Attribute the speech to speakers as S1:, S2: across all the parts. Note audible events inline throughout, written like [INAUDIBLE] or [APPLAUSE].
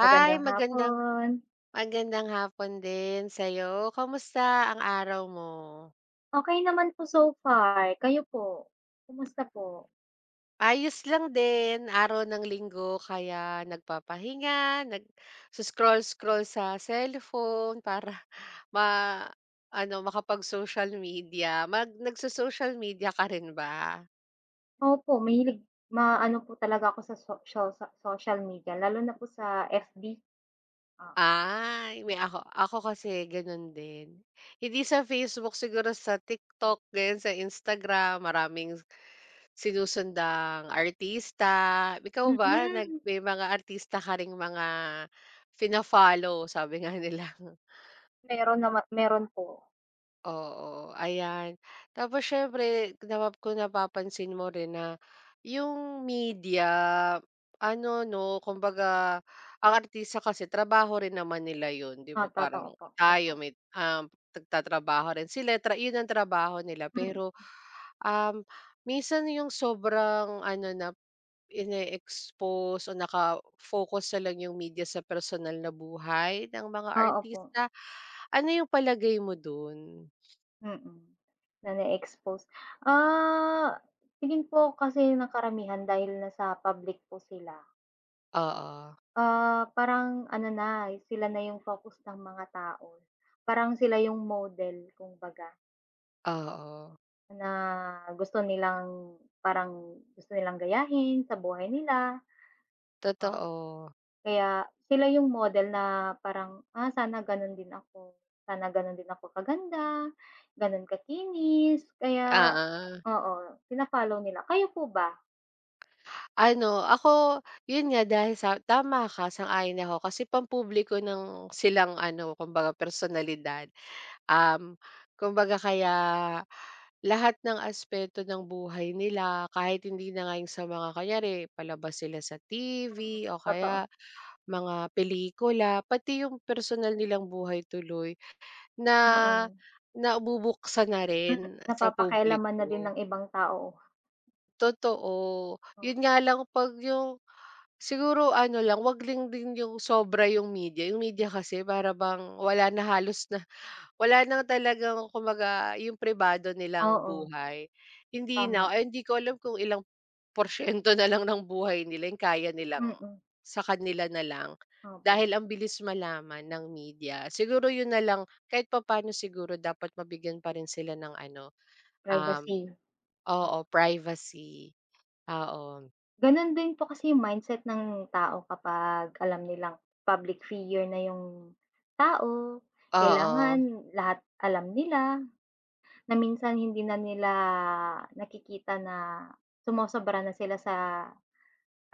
S1: Hi,
S2: Magandang
S1: magandang
S2: hapon.
S1: magandang hapon din sa'yo. Kamusta ang araw mo?
S2: Okay naman po so far, kayo po? Kumusta po?
S1: Ayos lang din, araw ng Linggo kaya nagpapahinga, nag scroll scroll sa cellphone para [LAUGHS] ma ano, makapag-social media. Mag nagso-social media ka rin ba?
S2: Opo, mahilig maano po talaga ako sa social so social media lalo na po sa FB. Oo.
S1: Ay, may ako ako kasi gano'n din. Hindi sa Facebook, siguro sa TikTok, ganyan, sa Instagram, maraming sinusundang artista. Ikaw ba nag
S2: Mm,
S1: may mga artista ka ring mga fina-follow sabi nga nila. [LAUGHS]
S2: Meron naman meron po.
S1: Oo, ayan. Tapos siyempre napa kung napapansin mo rin na yung media ano 'no, kumbaga ang artista kasi trabaho rin naman nila yun, 'di ba?
S2: Oo, totoo
S1: Parang
S2: po, opo.
S1: tayo may, nagtatrabaho rin sila tra yun ang trabaho nila
S2: Mm,
S1: pero Um, minsan yung sobrang ano na, ine-expose o naka-focus na lang yung media sa personal na buhay ng mga
S2: oo po,
S1: artista. Ano yung palagay mo dun?
S2: mm, na na-expose. Ah, Tingin po kasi ng karamihan dahil nasa public po sila.
S1: Oo,
S2: Parang ano na, eh, sila na yung focus ng mga tao. Parang sila yung model kumbaga,
S1: oo,
S2: na gusto nilang parang gusto nilang gayahin sa buhay nila, oo.
S1: totoo.
S2: Kaya sila yung model na parang, "Ah, sana gano'n din ako. Sana gano'n din ako kaganda, gano'n kakinis." Kaya
S1: ah
S2: oo, fina-follow nila. Kayo po ba?
S1: Ano, ako, yun nga dahil sa tama ka, sang-ayon ako kasi pampubliko ng silang ano, kumbaga personalidad. Um, kumbaga kaya lahat ng aspeto ng buhay nila kahit hindi na nga yung sa mga kunyari palabas sila sa TV o
S2: Totoo.
S1: kaya mga pelikula, pati yung personal nilang buhay tuloy na
S2: Oo.
S1: nabubuksan na rin sa
S2: Napapakailaman
S1: publiko.
S2: na din ng ibang tao.
S1: Totoo, yun nga
S2: Oo,
S1: lang 'pag yung siguro ano lang, 'wag lang din yung sobra yung media. Yung media kasi para bang wala na halos na wala na talagang kumbaga yung pribado nilang
S2: oo,
S1: buhay, hindi na
S2: tama.
S1: ay hindi ko alam kung ilang porsiyento na lang ng buhay nila yung kaya nilang
S2: Mm,
S1: sa kanila na lang.
S2: Opo,
S1: Dahil ang bilis malaman ng media, siguro yun na lang kahit papaano siguro dapat mabigyan pa rin sila ng ano, um,
S2: privacy.
S1: oo, privacy, oo.
S2: Gano'n din po kasi yung mindset ng tao kapag alam nilang public figure na yung tao,
S1: Oo,
S2: kailangan lahat alam nila, na minsan hindi na nila nakikita na sumosobra na sila sa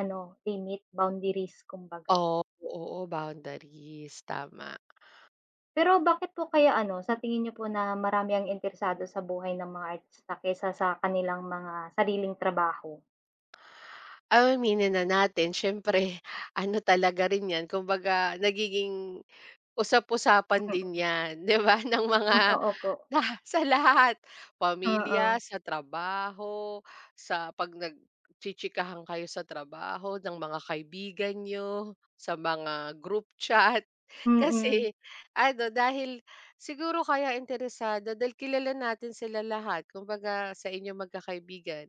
S2: ano, limit, boundaries kumbaga.
S1: oo, oo, boundaries, tama.
S2: Pero bakit po kaya ano, sa tingin niyo po na marami ang interesado sa buhay ng mga artista kaysa sa kanilang mga sariling trabaho?
S1: Aminin na natin siyempre [LAUGHS] ano talaga rin yan kumbaga nagiging usap-usapan
S2: Mm,
S1: din 'yan, 'di ba, [LAUGHS] ng mga
S2: Totoo po,
S1: laha sa lahat,
S2: oo.
S1: pamilya, sa trabaho, sa 'pag nagchichikahan kayo sa trabaho, ng mga kaibigan niyo, sa mga group chat. [LAUGHS]
S2: Mm,
S1: Kasi ano, dahil siguro kaya interesado dahil kilala natin sila lahat kumbaga sa inyo magkakaibigan.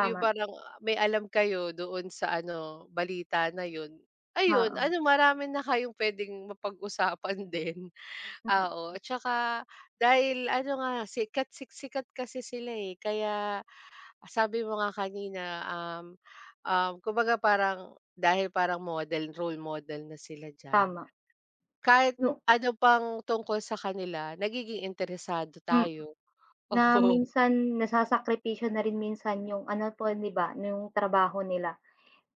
S1: Yung parang may alam kayo doon sa ano, balita na yun. Ayun,
S2: oo,
S1: ano marami na kayong puwedeng mapag-usapan [LAUGHS] din,
S2: mm,
S1: oo. At saka dahil ano nga sikat sik sikat kasi sila, eh, kaya sabi mo nga kanina, um, um, kumbaga parang dahil parang model, role model na sila diyan.
S2: tama,
S1: Kahit
S2: yu
S1: ano pang tungkol sa kanila nagiging interesado
S2: mm,
S1: tayo.
S2: na
S1: [LAUGHS] Oo,
S2: minsan nasasakripisyo na rin minsan yung ano po 'di ba, yung trabaho nila.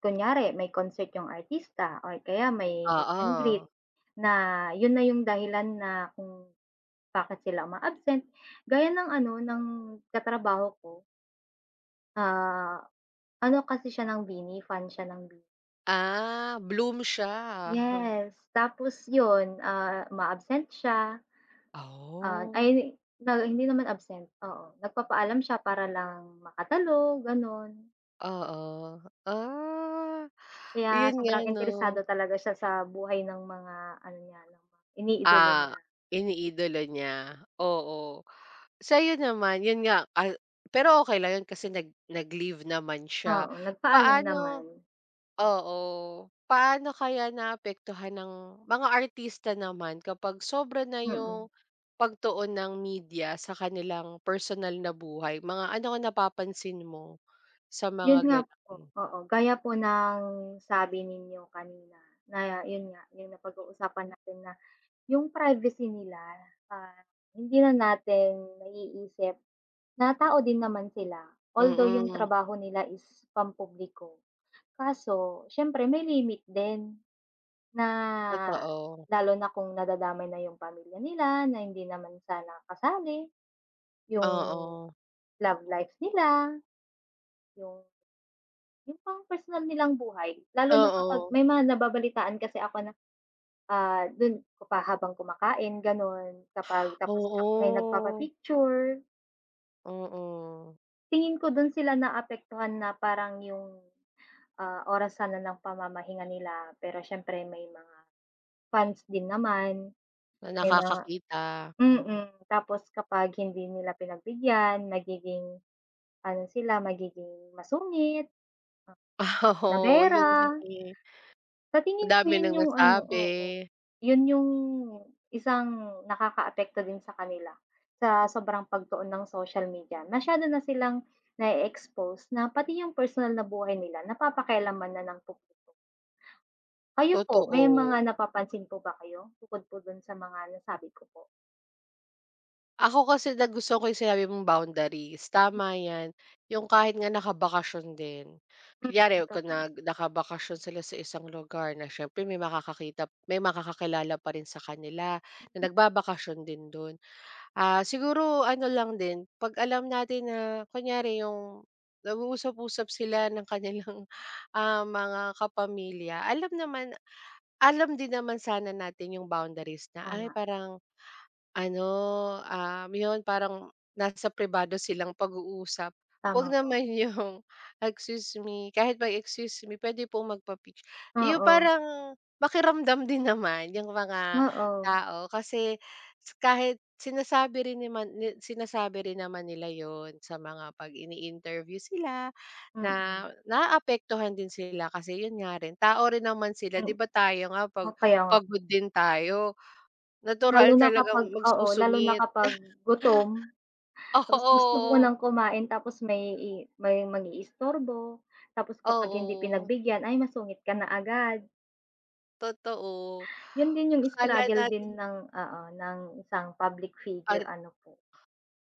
S2: Kunyari may concert yung artista or kaya may meet and greet
S1: oo.
S2: na yun na yung dahilan na kung bakit sila uma-absent. Gaya ng ano, ng katrabaho ko, ah, ano kasi siya ng BINI, fan siya ng BINI.
S1: Ah, bloom siya. [LAUGHS]
S2: Yes, tapos yun, uma-absent siya.
S1: Oh,
S2: Ay na hindi naman absent, oo. Nagpapaalam siya para lang makatalo, gano'n.
S1: oo. Ah,
S2: Kaya
S1: yun nga
S2: sobrang
S1: 'no,
S2: interesado talaga siya sa buhay ng mga ano niya, ng mga iniidolo
S1: ah,
S2: niya.
S1: iniidolo niya, oo. Sa'yo naman, yun nga, pero okay lang yun kasi nag nag-leave naman siya.
S2: Oo, nagpaalam
S1: Paano
S2: naman,
S1: oo, paano kaya naapektuhan ng mga artista naman kapag sobra na yung
S2: mm.
S1: pagtuon ng media sa kanilang personal na buhay? Mga ano ang napapansin mo sa mga
S2: 'Yun nga po,
S1: gano'n?
S2: oo, gaya po ng sabi ninyo kanina na 'yun nga, 'yung napag-uusapan natin na 'yung privacy nila, ah, hindi na natin naiisip na tao din naman sila, although 'yung
S1: Mm.
S2: trabaho nila is pampubliko. Kaso siyempre may limit din na
S1: Totoo,
S2: lalo na kung nadadamay na yung pamilya nila na hindi naman sana kasali, yung
S1: oo,
S2: love life nila, yung yung pang personal nilang buhay. Lalo na kapag
S1: oo,
S2: may mga nababalitaan kasi ako na, dun ko pa habang kumakain gano'n, kapag tapos kap may
S1: oo,
S2: nagpapa-picture.
S1: oo,
S2: Tingin ko dun sila naapektuhan na parang yung, oras sana ng pamamahinga nila pero siyempre may mga fans din naman.
S1: na
S2: May mga
S1: nakakakita, mm.
S2: mm. Tapos kapag hindi nila pinagbigyan nagiging ano sila, magiging masungit,
S1: [LAUGHS] Oo,
S2: nabera.
S1: yun nga eh,
S2: Sa
S1: ang
S2: tingin ko
S1: dami
S2: yun
S1: ng
S2: yung ano
S1: nasabi,
S2: oo, yun yung isang nakakaapekto din sa kanila, sa sobrang pagtuon ng social media. Masyado na silang na expose na pati yung personal na buhay nila napapakialaman na ng publiko. Kayo po, may
S1: totoo.
S2: mga napapansin po ba kayo bukod po dun sa mga nasabi ko po?
S1: Ako kasi nagustuhan ko yung sinabi mong boundaries, tama yan, yung kahit nga nakabakasyon din.
S2: Mm,
S1: Kunyari kung
S2: Totoo.
S1: nag nakabakasyon sila sa isang lugar na siyempre may makakakita may makakakilala pa rin sa kanila na
S2: Mm,
S1: nagbabakasyon din dun. Siguro ano lang din, 'pag alam natin na kunyari yung nag-uusap-usap sila ng kanilang, [LAUGHS] mga kapamilya, alam naman alam din naman sana natin yung boundaries na, ay
S2: Tama.
S1: parang ano, 'yun parang nasa pribado silang pag-uusap, huwag
S2: Tama po.
S1: naman [LAUGHS] yung, "Ah, excuse me," kahit pag "Excuse me, pwede pong magpa-pic" yung
S2: Oo,
S1: parang makiramdam din [LAUGHS] naman yung mga
S2: oo,
S1: tao kasi s- kahit sinasabi rin naman ni sinasabi rin naman nila yon sa mga 'pag ini-interview sila na
S2: mm,
S1: naaapektuhan din sila kasi 'yun nga rin, tao rin naman sila 'di
S2: hmm,
S1: ba tayo nga
S2: o
S1: 'pag
S2: kaya nga po.
S1: pagod din tayo natural
S2: Lalo na
S1: talagang
S2: kapag oo, lalo na
S1: magsusungit.
S2: kapag gutom,
S1: [LAUGHS]
S2: tapos
S1: Oo,
S2: gusto mo ng kumain tapos may i may mang-iistorbo, tapos kapag hindi
S1: oo,
S2: pinagbigyan, ay masungit ka na agad.
S1: totoo.
S2: Yun din yung
S1: Akala
S2: struggle
S1: natin
S2: din ng oo, ng isang public
S1: ar
S2: figure ano po,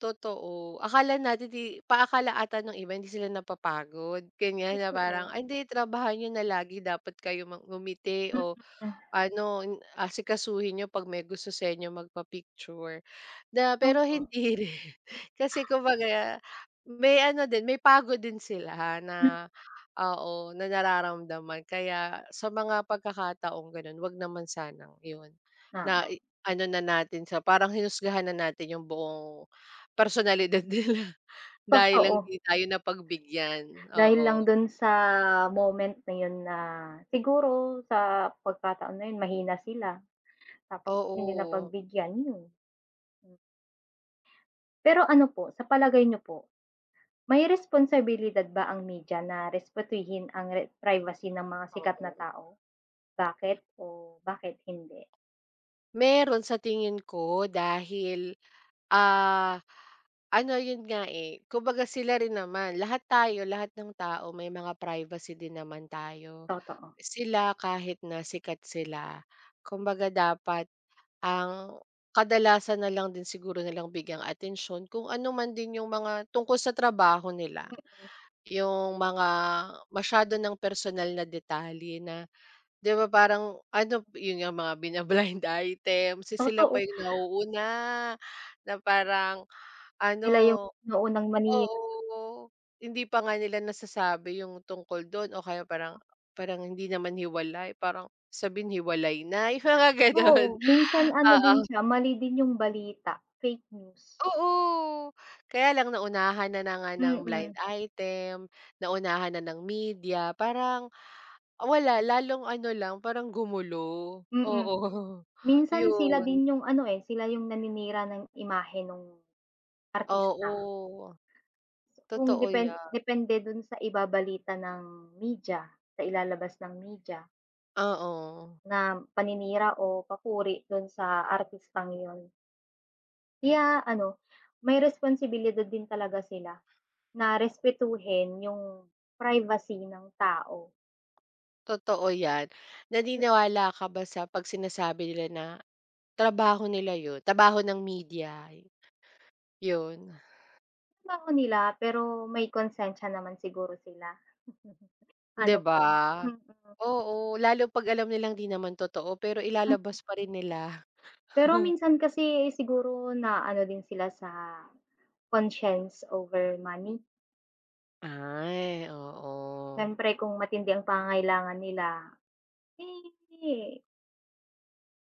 S1: totoo. Akala natin 'di paakala ata ng iba hindi sila napapagod, kanya na parang,
S2: totoo.
S1: "Ay hindi trabahan niyo na lagi dapat kayo mang ngumiti
S2: Mm,
S1: o ano, in- asikasuhin niyo 'pag may gusto sa inyo magpa-picture na pero
S2: Opo.
S1: hindi [LAUGHS] rin. Kasi kumbaga may ano din, may pagod din sila
S2: Hmm,
S1: na oo, na nararamdaman kaya sa mga pagkakataong gano'n 'wag naman sanang 'yun na
S2: oo,
S1: i ano na natin sa parang hinusgahan na natin yung buong personalidad [LAUGHS] nila dahil lang
S2: totoo.
S1: di tayo napagbigyan,
S2: Dahil lang
S1: oo.
S2: dun sa moment na yun na siguro sa pagkataon na yun mahina sila tapos hindi
S1: Oo,
S2: napagbigyan, yun. Hmm. Pero ano po, sa palagay niyo po, may responsibilidad ba ang media na respetuhin ang re privacy ng mga sikat na
S1: oo.
S2: tao? Bakit o bakit hindi?
S1: Meron sa tingin ko dahil Ah, ano yun nga, eh, kumbaga sila rin naman lahat tayo, lahat ng tao may mga privacy din naman tayo.
S2: Totoo.
S1: Sila kahit na sikat sila, kumbaga dapat ang kadalasan na lang din siguro nilang bigyang atensyon kung ano man din yung mga tungkol sa trabaho nila. Yung mga masyado ng personal na detalye na 'di ba parang ano, yun yung mga bina-blind [LAUGHS] item, si sila pa
S2: Totoo,
S1: yung nauuna na parang ano
S2: sila yung naunang mani
S1: oo, hindi pa nga nila nasasabi yung tungkol dun o kaya parang parang hindi naman hiwalay, parang sabihin hiwalay na, [LAUGHS] yung mga
S2: oo,
S1: gano'n,
S2: minsan ano
S1: oo.
S2: din siya, mali din yung balita, fake news.
S1: Oo, kaya lang naunahan na na nga ng blind
S2: Mm,
S1: item, naunahan na ng media, parang wala lalong ano lang, parang gumulo,
S2: mm.
S1: oo,
S2: Minsan sila
S1: yun.
S2: din yung ano, eh, sila yung naninira ng imahe nung artista.
S1: Oo,
S2: Kung
S1: totoo
S2: depen
S1: yan,
S2: depende dun sa ibabalita ng media, sa ilalabas ng media
S1: oo.
S2: na paninira o papuri dun sa artistang yun. Kaya ano, may responsibilidad din talaga sila na respetuhin yung privacy ng tao.
S1: Totoo yan. Naniniwala ka ba sa 'pag sinasabi nila na trabaho nila yun, trabaho ng media, yun,
S2: Trabaho nila pero may konsensya naman siguro sila. [LAUGHS]
S1: 'di
S2: Ano
S1: ba?
S2: po, mm,
S1: Oo, lalo 'pag alam nilang 'di naman totoo pero
S2: mm.
S1: ilalabas pa rin nila.
S2: Pero minsan
S1: [LAUGHS]
S2: kasi siguro na ano din sila sa conscience over money.
S1: Ay, oo.
S2: Siyempre kung matindi ang pangangailangan nila, eh,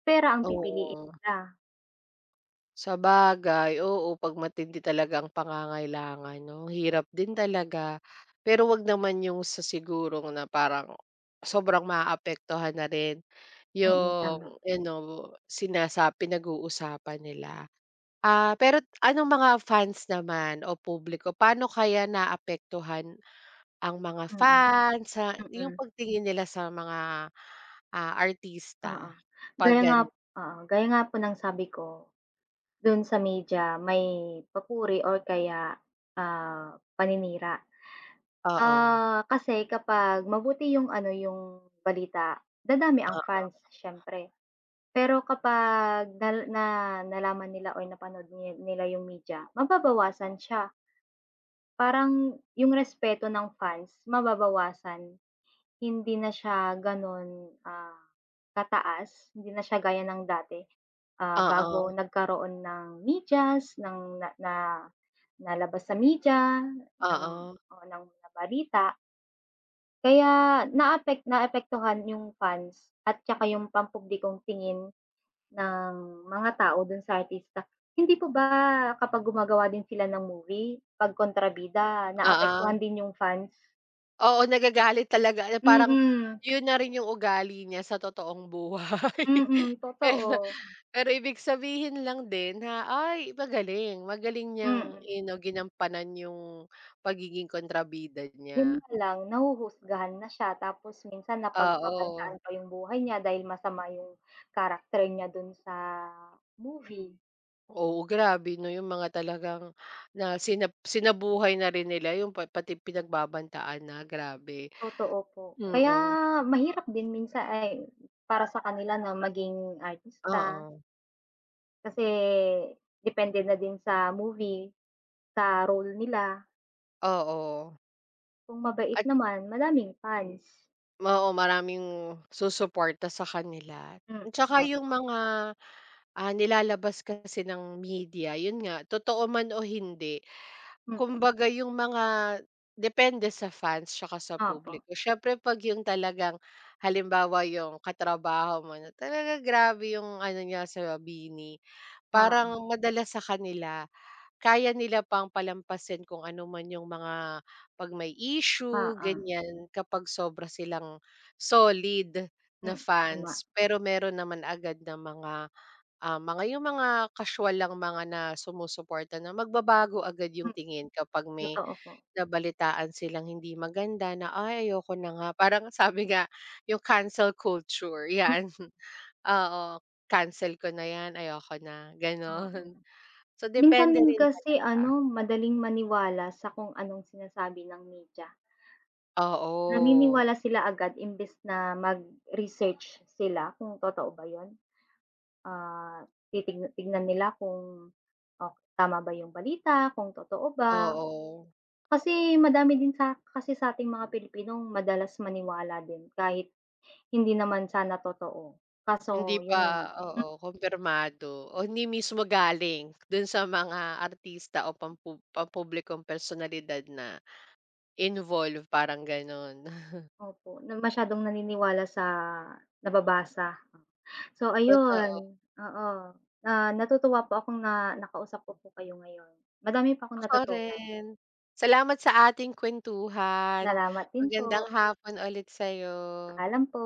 S2: pera ang pipiliin
S1: Oo,
S2: nila.
S1: sabagay, oo, 'pag matindi talaga ang pangangailangan 'no, hirap din talaga. Pero 'wag naman yung sa sigurong na parang sobrang maaapektuhan na rin.
S2: Tama.
S1: Yung ano, sinasa pinag-uusapan nila. Pero anong mga fans naman o publiko, paano kaya naapektuhan ang mga
S2: Mm,
S1: fans sa yung
S2: mm,
S1: pagtingin nila sa mga,
S2: oo.
S1: artista 'pag
S2: Gaya nga
S1: gan
S2: oo, gaya nga po ng sabi ko, dun sa media may papuri or kaya, paninira.
S1: oo,
S2: Kasi kapag mabuti yung ano, yung balita, dadami ang
S1: o
S2: fans siyempre. Pero kapag nal na nalaman nila or napanood ni nila yung media, mababawasan siya. Parang yung respeto ng fans mababawasan, hindi na siya gano'n, kataas, hindi na siya gaya ng dati. Bago
S1: oo,
S2: nagkaroon ng medyas, ng na na nalabas sa media, ng
S1: oo,
S2: oo, ng mga balita. Kaya naapek naapektuhan yung fans at tsaka yung pampublikong tingin ng mga tao dun sa artista. Hindi po ba kapag gumagawa din sila ng movie, 'pag kontrabida
S1: oo.
S2: naapektuhan din yung fans?
S1: Oo, nagagalit talaga na parang
S2: Mm,
S1: yun na rin yung ugali niya sa totoong buhay. [LAUGHS]
S2: totoo.
S1: Pero ibig sabihin lang din na, ay magaling, magaling niyang
S2: Mm,
S1: you know, ginampanan yung pagiging kontrabida
S2: yun
S1: niya.
S2: nga lang nahuhusgahan na siya tapos minsan
S1: Oo.
S2: napagbabantaan pa yung buhay niya dahil masama yung karakter niya dun sa movie,
S1: Oo, grabe 'no, yung mga talagang na sinab sinabuhay na rin nila yung pa pati pinagbabantaan na, grabe.
S2: totoo po. Kaya
S1: Mm,
S2: mahirap din minsan ay para sa kanila na maging artista
S1: oo,
S2: kasi depende na din sa movie. Sa role nila,
S1: oo.
S2: kung mabait
S1: At
S2: naman madaming fans.
S1: oo, maraming susuporta sa kanila.
S2: Mm,
S1: Tsaka yung
S2: Totoo.
S1: mga, nilalabas kasi ng media, yun nga, totoo man o hindi
S2: Mm,
S1: kumbaga yung mga depende sa fans tsaka sa
S2: Opo.
S1: publiko. Siyempre 'pag yung talagang halimbawa yung katrabaho mo na talaga grabe yung ano niya sa BINI,
S2: Oo,
S1: parang madalas sa kanila kaya nila pang palampasin kung ano man yung mga 'pag may issue
S2: oo.
S1: ganyan, kapag sobra silang solid na
S2: Tama.
S1: fans. Pero meron naman agad na mga, mga yung mga kasyuwal lang mga na sumusuporta na magbabago agad
S2: Mm,
S1: yung tingin kapag may
S2: Totoo po.
S1: nabalitaan silang hindi maganda na, "Ay, ayoko na nga." Parang [LAUGHS] sabi nga, yung cancel culture,
S2: Hmm,
S1: 'yan. [LAUGHS] Oo, "Cancel ko na 'yan, ayoko na." gano'n.
S2: oo.
S1: [LAUGHS] So,
S2: Minsan
S1: depende
S2: din
S1: rin
S2: kasi
S1: talaga
S2: ano, madaling maniwala sa kung anong sinasabi ng media.
S1: oo,
S2: Naniniwala sila agad imbes na mag-research sila kung totoo ba 'yun. Titig tignan nila kung, oh, tama ba 'yung balita, kung totoo ba.
S1: oo.
S2: Kasi madami din sa kasi sa sa'ting mga Pilipinong madalas maniwala din kahit hindi naman sana totoo. Kaso
S1: Hindi
S2: yun nga
S1: pa oo,
S2: hmm,
S1: kumpirmado o hindi mismo galing do'n sa mga artista o pampu pampublikong personalidad na involved, parang gano'n. [LAUGHS]
S2: opo, na masyadong naniniwala sa nababasa. So
S1: Totoo.
S2: ayun, oo, natutuwa po akong na nakausap ko po kayo ngayon. Madami pa akong
S1: Ako
S2: natutunan.
S1: rin. Salamat sa ating kuwentuhan.
S2: Salamat din po,
S1: Magandang hapon ulit sa'yo.
S2: paalam po.